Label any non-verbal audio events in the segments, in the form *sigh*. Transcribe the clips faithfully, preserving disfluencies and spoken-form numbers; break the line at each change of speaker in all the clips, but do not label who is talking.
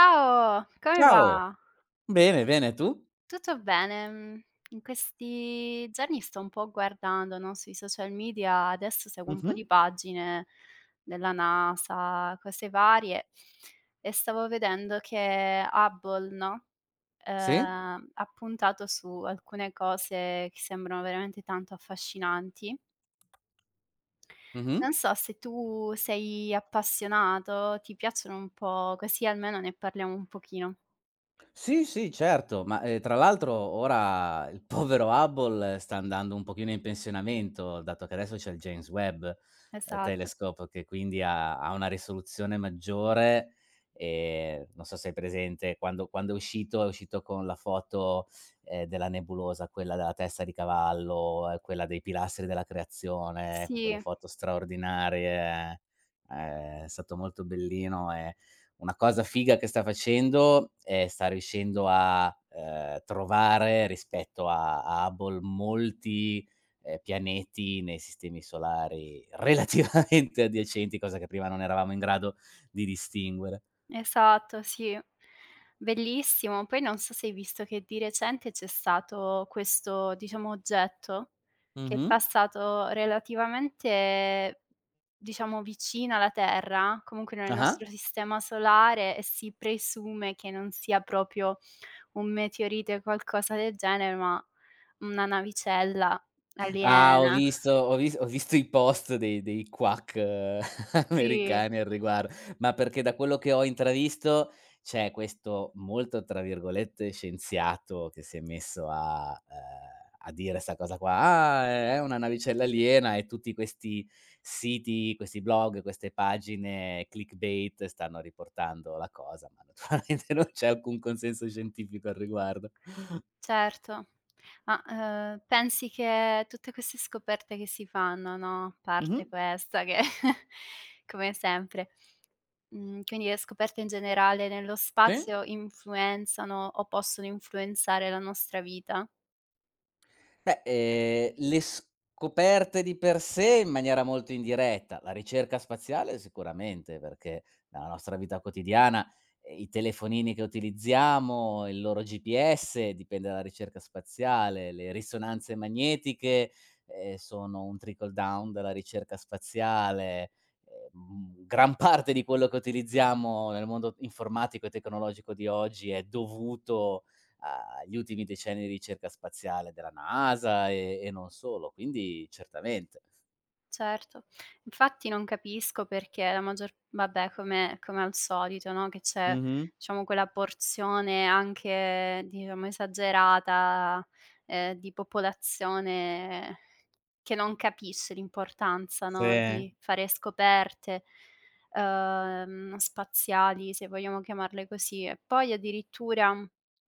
Ciao, come
Ciao,
va?
bene, bene, tu?
Tutto bene. mhmm, In questi giorni sto un po' guardando, no, sui social media, adesso seguo un po'
Mh-mh.
di pagine della NASA, cose varie, e stavo vedendo che Hubble, no,
Sì,
ehm, ha puntato su alcune cose che sembrano veramente tanto affascinanti.
mh-mh.
Non so se tu sei appassionato, ti piacciono un po', così almeno ne parliamo un pochino.
Sì, sì, certo, ma, ehm, tra l'altro ora il povero Hubble eh, sta andando un pochino in pensionamento, dato che adesso c'è il James Webb, ehm,
Esatto.
Telescope, che quindi ha ha una risoluzione maggiore, ehm, non so se hai presente quando quando è uscito, è uscito con la foto, ehm, della nebulosa, quella della testa di cavallo, e quella dei pilastri della creazione, con quelle
Sì.
foto straordinarie, ehm, è stato molto bellino e una cosa figa che sta facendo è sta riuscendo a, ehm, trovare rispetto a a Hubble molti, ehm, pianeti nei sistemi solari relativamente *laughs* adiacenti, cosa che prima non eravamo in grado di distinguere.
Esatto, sì. Bellissimo. Poi non so se hai visto che di recente c'è stato questo, diciamo, oggetto che è
Mh-mh.
passato relativamente, diciamo, vicino alla Terra, comunque nel
Ah-ah.
nostro sistema solare e si presume che non sia proprio un meteorite o qualcosa del genere, ma una navicella
Ah, ho
aliena.
visto ho vis ho visto i post dei dei quack eh, *laughs*
Sì.
americani al riguardo, ma perché da quello che ho intravisto, c'è questo molto, tra virgolette, "scienziato" che si è messo a ehm, a dire 'sta cosa qua: "Ah, è una navicella aliena" e tutti questi siti, questi blog, queste pagine clickbait stanno riportando la cosa, ma naturalmente *laughs* non c'è alcun consenso scientifico al riguardo. *laughs*
Certo. Ma, ehm, pensi che tutte queste scoperte che si fanno, no, a
Mh-mh.
parte questa che *laughs* come sempre, mhmm, quindi le scoperte in generale nello
Sì.
spazio influenzano o possono influenzare la nostra vita?
Beh, ehm, le scoperte di per sé in maniera molto indiretta, la ricerca spaziale sicuramente, perché nella nostra vita quotidiana, ehm, i telefonini che utilizziamo, il loro G P S dipende dalla ricerca spaziale, le risonanze magnetiche, ehm, sono un trickle down dalla ricerca spaziale, ehm, gran parte di quello che utilizziamo nel mondo informatico e tecnologico di oggi è dovuto uhm, gli ultimi decenni di ricerca spaziale della NASA e e non solo, quindi certamente.
Certo. Infatti non capisco perché la maggior vabbè come come al solito, no, che c'è
Mh-mh.
diciamo quella porzione anche diciamo esagerata, ehm, di popolazione che non capisce l'importanza, no,
Sì.
di fare scoperte, uhm, spaziali, se vogliamo chiamarle così. E poi addirittura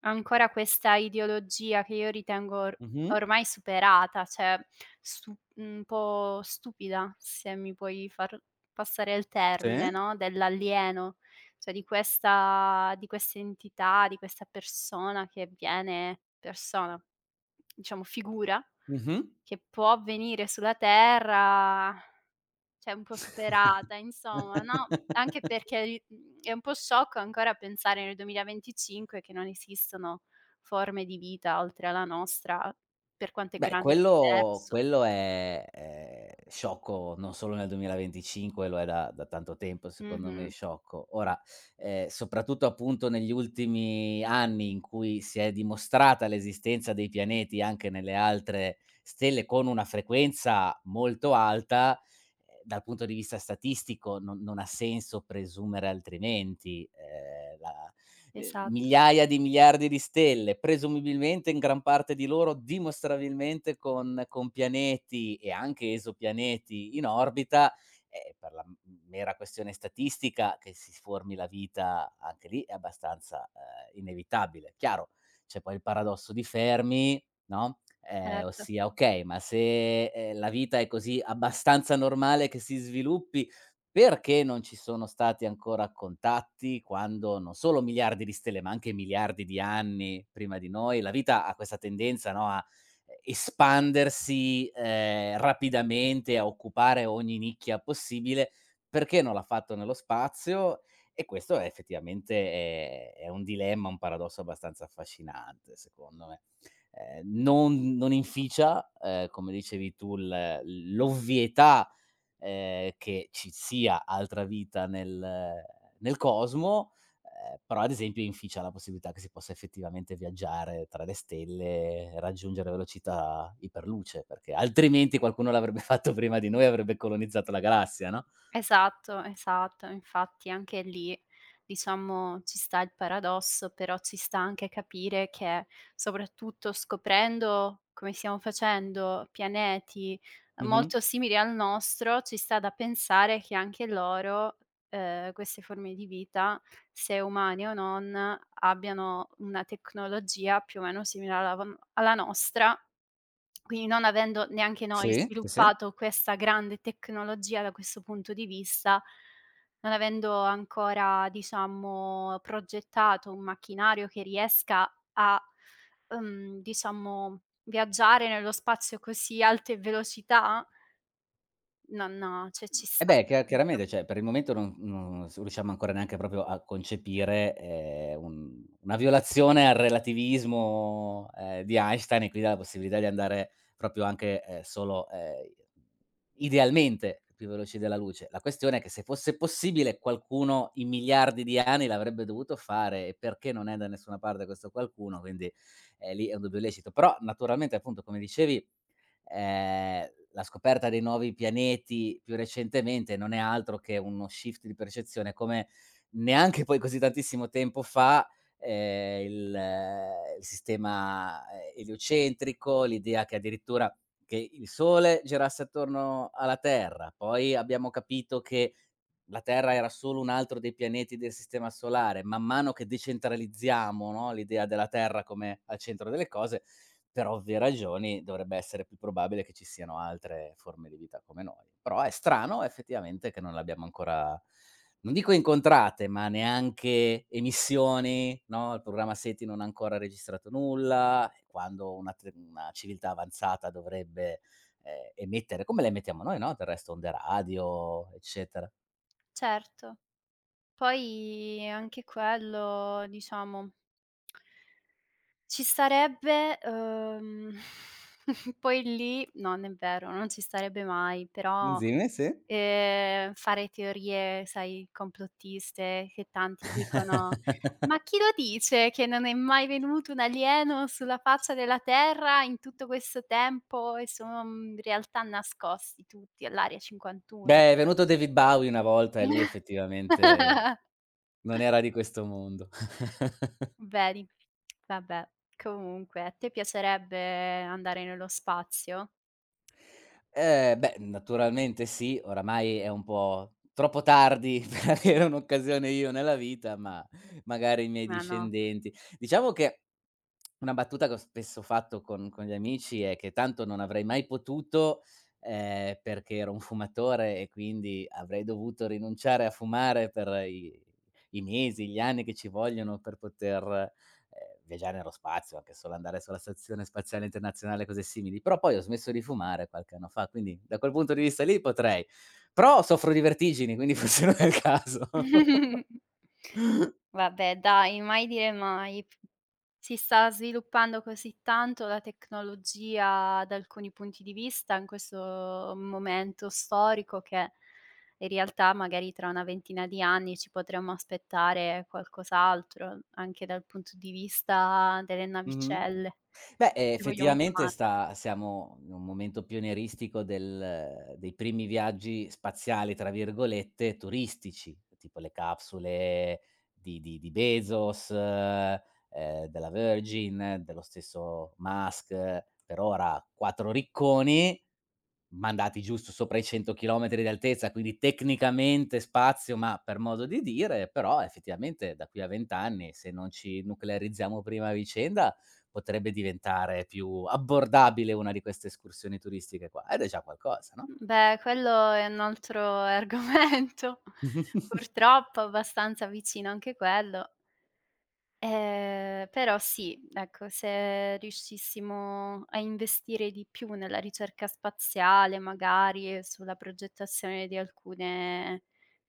ancora questa ideologia che io ritengo or
Mh-mh.
ormai superata, cioè stu un po' stupida, se mi puoi far passare il
Sì.
termine, no, dell'alieno, cioè di questa di questa entità, di questa persona che viene persona, diciamo figura
Mh-mh.
che può avvenire sulla terra, cioè un po' superata, insomma, no, anche
*laughs*
perché, mhmm, è un po' sciocco ancora pensare nel duemilaventicinque che non esistono forme di vita oltre alla nostra, per quanto è
Beh,
grande
quello
l'universo.
quello è è sciocco, non solo nel duemilaventicinque, lo è da da tanto tempo secondo me
Mh-mh.
sciocco. Ora, ehm, soprattutto appunto negli ultimi anni in cui si è dimostrata l'esistenza dei pianeti anche nelle altre stelle con una frequenza molto alta, ehm, dal punto di vista statistico non non ha senso presumere altrimenti. Ehm, la ehm,
Esatto,
migliaia di miliardi di stelle, presumibilmente in gran parte di loro dimostrabilmente con con pianeti e anche esopianeti in orbita, eh, per la m mera questione statistica che si formi la vita anche lì è abbastanza, ehm, inevitabile. Chiaro, c'è poi il paradosso di Fermi, no, ehm,
certo.
ossia: okay, ma se, ehm, la vita è così abbastanza normale che si sviluppi, perché non ci sono stati ancora contatti quando non solo miliardi di stelle, ma anche miliardi di anni prima di noi, la vita ha questa tendenza, no, a eh, espandersi, ehm, rapidamente, a occupare ogni nicchia possibile, perché non l'ha fatto nello spazio? E questo è effettivamente è è un dilemma, un paradosso abbastanza affascinante, secondo me ehm, non non inficia, ehm, come dicevi tu, l l'ovvietà, ehm, che ci sia altra vita nel nel cosmo, ehm, però ad esempio inficia la possibilità che si possa effettivamente viaggiare tra le stelle e raggiungere velocità iperluce, perché altrimenti qualcuno l'avrebbe *laughs* fatto prima di noi, avrebbe colonizzato la galassia, no.
Esatto, esatto. Infatti anche lì, diciamo, ci sta il paradosso, però ci sta anche capire che, soprattutto scoprendo come stiamo facendo pianeti. Mh.
Mh-mh.
Molto simili al nostro, ci sta da pensare che anche loro, ehm, queste forme di vita, se umane o non, abbiano una tecnologia più o meno simile alla von alla nostra quindi non avendo neanche noi
Sì, sì, sì.
sviluppato questa grande tecnologia da questo punto di vista, non avendo ancora diciamo progettato un macchinario che riesca a, uhm, diciamo viaggiare nello spazio a così alte velocità, non cioè ci
Eh
sta,
beh, chia
capito?
chiaramente, cioè per il momento non non s riusciamo ancora neanche proprio a concepire, ehm, un una violazione al relativismo, ehm, di Einstein e quindi alla possibilità di andare proprio anche, ehm, solo, ehm, idealmente più veloci della luce. La questione è che se fosse possibile qualcuno in miliardi di anni l'avrebbe dovuto fare e perché non è da nessuna parte questo qualcuno, quindi, ehm, lì è un dubbio lecito. Però naturalmente, appunto, come dicevi ehm, la scoperta dei nuovi pianeti più recentemente non è altro che uno shift di percezione, come neanche poi così tantissimo tempo fa, ehm, il eh, il sistema, ehm, eliocentrico, l'idea che addirittura che il Sole girasse attorno alla Terra, poi abbiamo capito che la Terra era solo un altro dei pianeti del sistema solare. Man mano che decentralizziamo, no, l'idea della Terra come al centro delle cose, per ovvie ragioni dovrebbe essere più probabile che ci siano altre forme di vita come noi. Però è strano effettivamente che non l'abbiamo ancora non dico incontrate, ma neanche emissioni, no, il programma SETI non ha ancora registrato nulla, e quando una te una civiltà avanzata dovrebbe, ehm, emettere come le emettiamo noi, no, del resto onde radio, eccetera.
Certo. Poi anche quello diciamo ci starebbe, uhm, *laughs* poi lì no, non è vero, non ci starebbe mai, però,
Dimmi, sì.
ehm, fare teorie, sai, complottiste che tanti dicono: "Ma chi lo dice che non è mai venuto un alieno sulla faccia della terra in tutto questo tempo e sono, mhmm, in realtà nascosti tutti all'area cinquantuno?"
Beh, è venuto David Bowie una volta e lui effettivamente
*laughs*
non era di questo mondo. *laughs*
Vedi, vabbè. Comunque, a te piacerebbe andare nello spazio?
Ehm, beh, naturalmente sì, oramai è un po' troppo tardi *laughs* per avere un'occasione io nella vita, ma magari i miei
Ma no.
discendenti. Diciamo che una battuta che ho spesso fatto con con gli amici è che tanto non avrei mai potuto, ehm, perché ero un fumatore e quindi avrei dovuto rinunciare a fumare per i i mesi, gli anni che ci vogliono per poter ehm, viaggiare nello spazio, anche solo andare sulla Stazione Spaziale Internazionale, cose simili. Però poi ho smesso di fumare qualche anno fa, quindi da quel punto di vista lì potrei. Però soffro di vertigini, quindi *laughs* forse non è il caso. *laughs*
*laughs* Vabbè dai, mai dire mai. Si sta sviluppando così tanto la tecnologia da alcuni punti di vista in questo momento storico che in realtà magari tra una ventina di anni ci potremmo aspettare qualcos'altro, anche dal punto di vista delle
Mh-mh.
navicelle,
Beh, ehm,
se vogliamo
effettivamente
chiamarle.
sta siamo in un momento pionieristico del dei primi viaggi "spaziali" tra virgolette, turistici, tipo le capsule di di di Bezos, ehm, della Virgin, dello stesso Musk, per ora quattro ricconi, mandati giusto sopra i cento chilometri di altezza, quindi tecnicamente spazio, ma per modo di dire, però effettivamente da qui a venti anni, se non ci nuclearizziamo prima a vicenda, potrebbe diventare più abbordabile una di queste escursioni turistiche qua, ed è già qualcosa, no?
Beh, quello è un altro *laughs* argomento,
*laughs*
purtroppo abbastanza vicino anche quello. Ehm, però sì, ecco, se riuscissimo a investire di più nella ricerca spaziale magari e sulla progettazione di alcune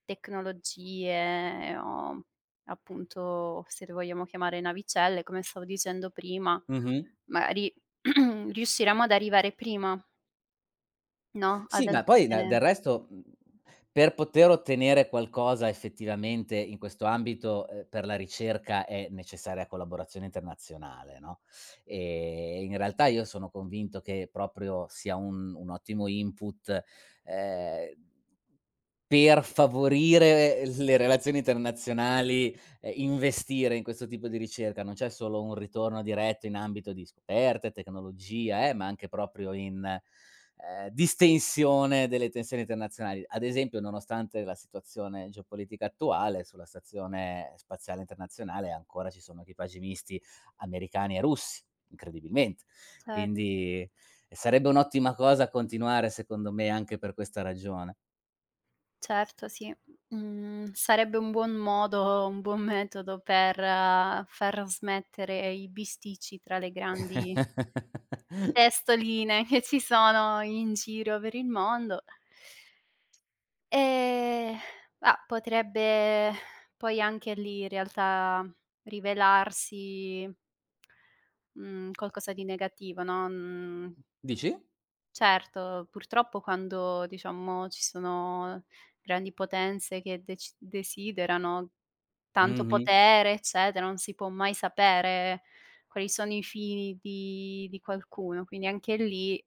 tecnologie o appunto, se le vogliamo chiamare navicelle, come stavo dicendo prima,
Mh-mh.
magari *clears throat* riusciremo ad arrivare prima, no, ad
Sì, ma poi de
alcune
del resto, mhmm, per poter ottenere qualcosa effettivamente in questo ambito, ehm, per la ricerca è necessaria collaborazione internazionale, no, ehm, in realtà io sono convinto che proprio sia un un ottimo input, ehm, per favorire le relazioni internazionali ehm, investire in questo tipo di ricerca. Non c'è solo un ritorno diretto in ambito di scoperte, tecnologia, eh, ma anche proprio in, ehm, distensione delle tensioni internazionali. Ad esempio, nonostante la situazione geopolitica attuale, sulla stazione spaziale internazionale ancora ci sono equipaggi misti americani e russi, incredibilmente.
cer.
Quindi eh, sarebbe un'ottima cosa continuare, secondo me, anche per questa ragione.
Certo, sì. Mhmm, sarebbe un buon modo, un buon metodo per eh, far smettere i bisticci tra le grandi
*laughs*
testoline che ci sono in giro per il mondo. Ehm, ah, potrebbe poi anche lì in realtà rivelarsi, mhmm, qualcosa di negativo, no, mhmm.
Dici?
Certo, purtroppo quando diciamo ci sono grandi potenze che dec desiderano tanto
Mh-mh.
potere, eccetera, non si può mai sapere quali sono i fini di di qualcuno, quindi anche lì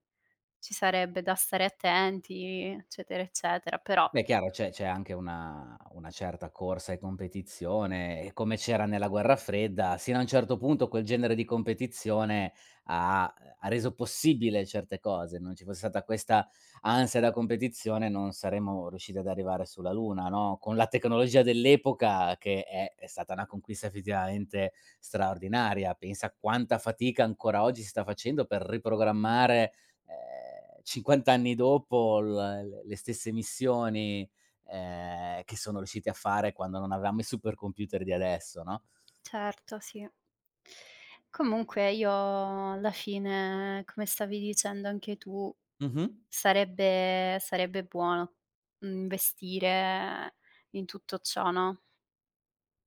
ci sarebbe da stare attenti, eccetera, eccetera, però
Beh, chiaro, c'è c'è anche una una certa corsa e competizione e come c'era nella guerra fredda, sino a un certo punto quel genere di competizione ha ehm, ha reso possibile certe cose. Non ci fosse stata questa ansia da competizione non saremmo riusciti ad arrivare sulla Luna, no, con la tecnologia dell'epoca che è è stata una conquista effettivamente straordinaria. Pensa a quanta fatica ancora oggi si sta facendo per riprogrammare ehm, cinquanta anni dopo l le stesse missioni, ehm, che sono riusciti a fare quando non avevamo i supercomputer di adesso, no?
certo, sì. Comunque io alla fine, come stavi dicendo anche tu,
Mh-mh.
Sarebbe sarebbe buono, mhmm, investire in tutto ciò, no,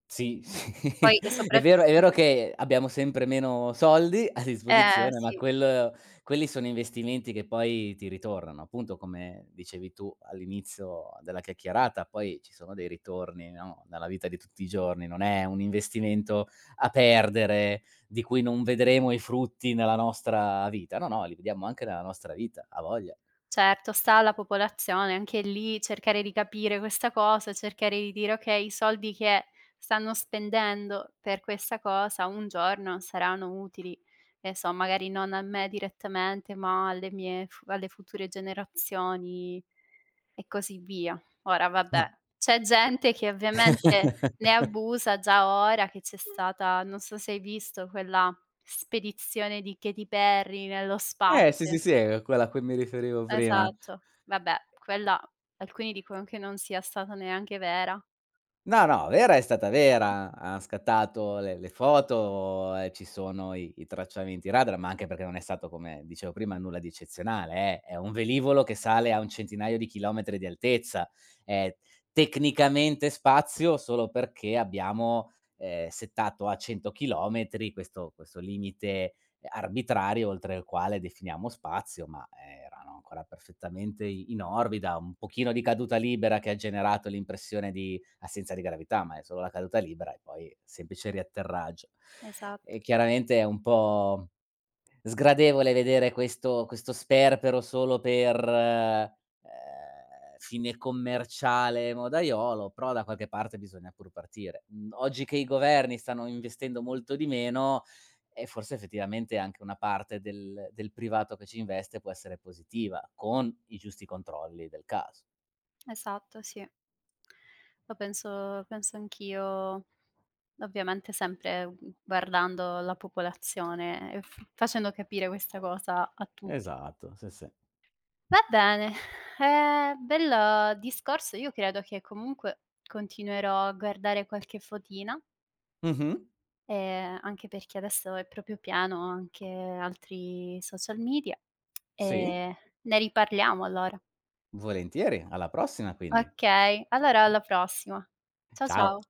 Sì, sì.
poi
*laughs*
e
È
soprat
vero è vero che abbiamo sempre meno soldi a
eh,
disposizione, ma
sì.
quello quelli sono investimenti che poi ti ritornano. Appunto, come dicevi tu all'inizio della chiacchierata, poi ci sono dei ritorni, no, nella vita di tutti i giorni. Non è un investimento a perdere, di cui non vedremo i frutti nella nostra vita. No, no, li vediamo anche nella nostra vita, a voglia.
Certo, sta alla popolazione anche lì cercare di capire questa cosa, cercare di dire: "Okay, i soldi che stanno spendendo per questa cosa un giorno saranno utili, che so, magari non a me direttamente, ma alle mie fu alle future generazioni" e così via. Ora vabbè, c'è gente che ovviamente ne
*laughs*
abusa già ora che c'è stata non so se hai visto quella spedizione di Katy Perry nello
Eh. Eh, sì,
spazio.
sì, sì, è quella a cui mi riferivo prima.
Esatto. Vabbè, quella alcuni dicono che non sia stata neanche vera.
No, no, Vera è stata Vera, ha scattato le le foto e ci sono i i tracciamenti radar, ma anche perché non è stato, come dicevo prima, nulla di eccezionale, eh. È un velivolo che sale a un centinaio di chilometri di altezza. È tecnicamente spazio solo perché abbiamo, ehm, settato a cento chilometri questo questo limite arbitrario oltre il quale definiamo spazio, ma eh, erano ancora perfettamente i in orbita, un pochino di caduta libera che ha generato l'impressione di assenza di gravità, ma è solo la caduta libera e poi semplice riatterraggio. E
Esatto,
chiaramente è un po' sgradevole vedere questo questo sperpero solo per, ehm, fine commerciale modaiolo, però da qualche parte bisogna pur partire. Mhmm, Oggi che i governi stanno investendo molto di meno, eh, forse effettivamente anche una parte del del privato che ci investe può essere positiva, con i giusti controlli del caso.
esatto, sì. Lo penso penso anch'io, ovviamente sempre, mhmm, guardando la popolazione e f facendo capire questa cosa a tutti.
Esatto, sì, sì.
Va bene, ehm, bel discorso. Io credo che comunque continuerò a guardare qualche fotina.
Mh-mh,
Ehm, anche perché adesso è proprio pieno anche altri social media,
sì.
e ne riparliamo allora.
Volentieri, alla prossima quindi.
Okay, allora alla prossima. Ciao,
Ciao.
ciao.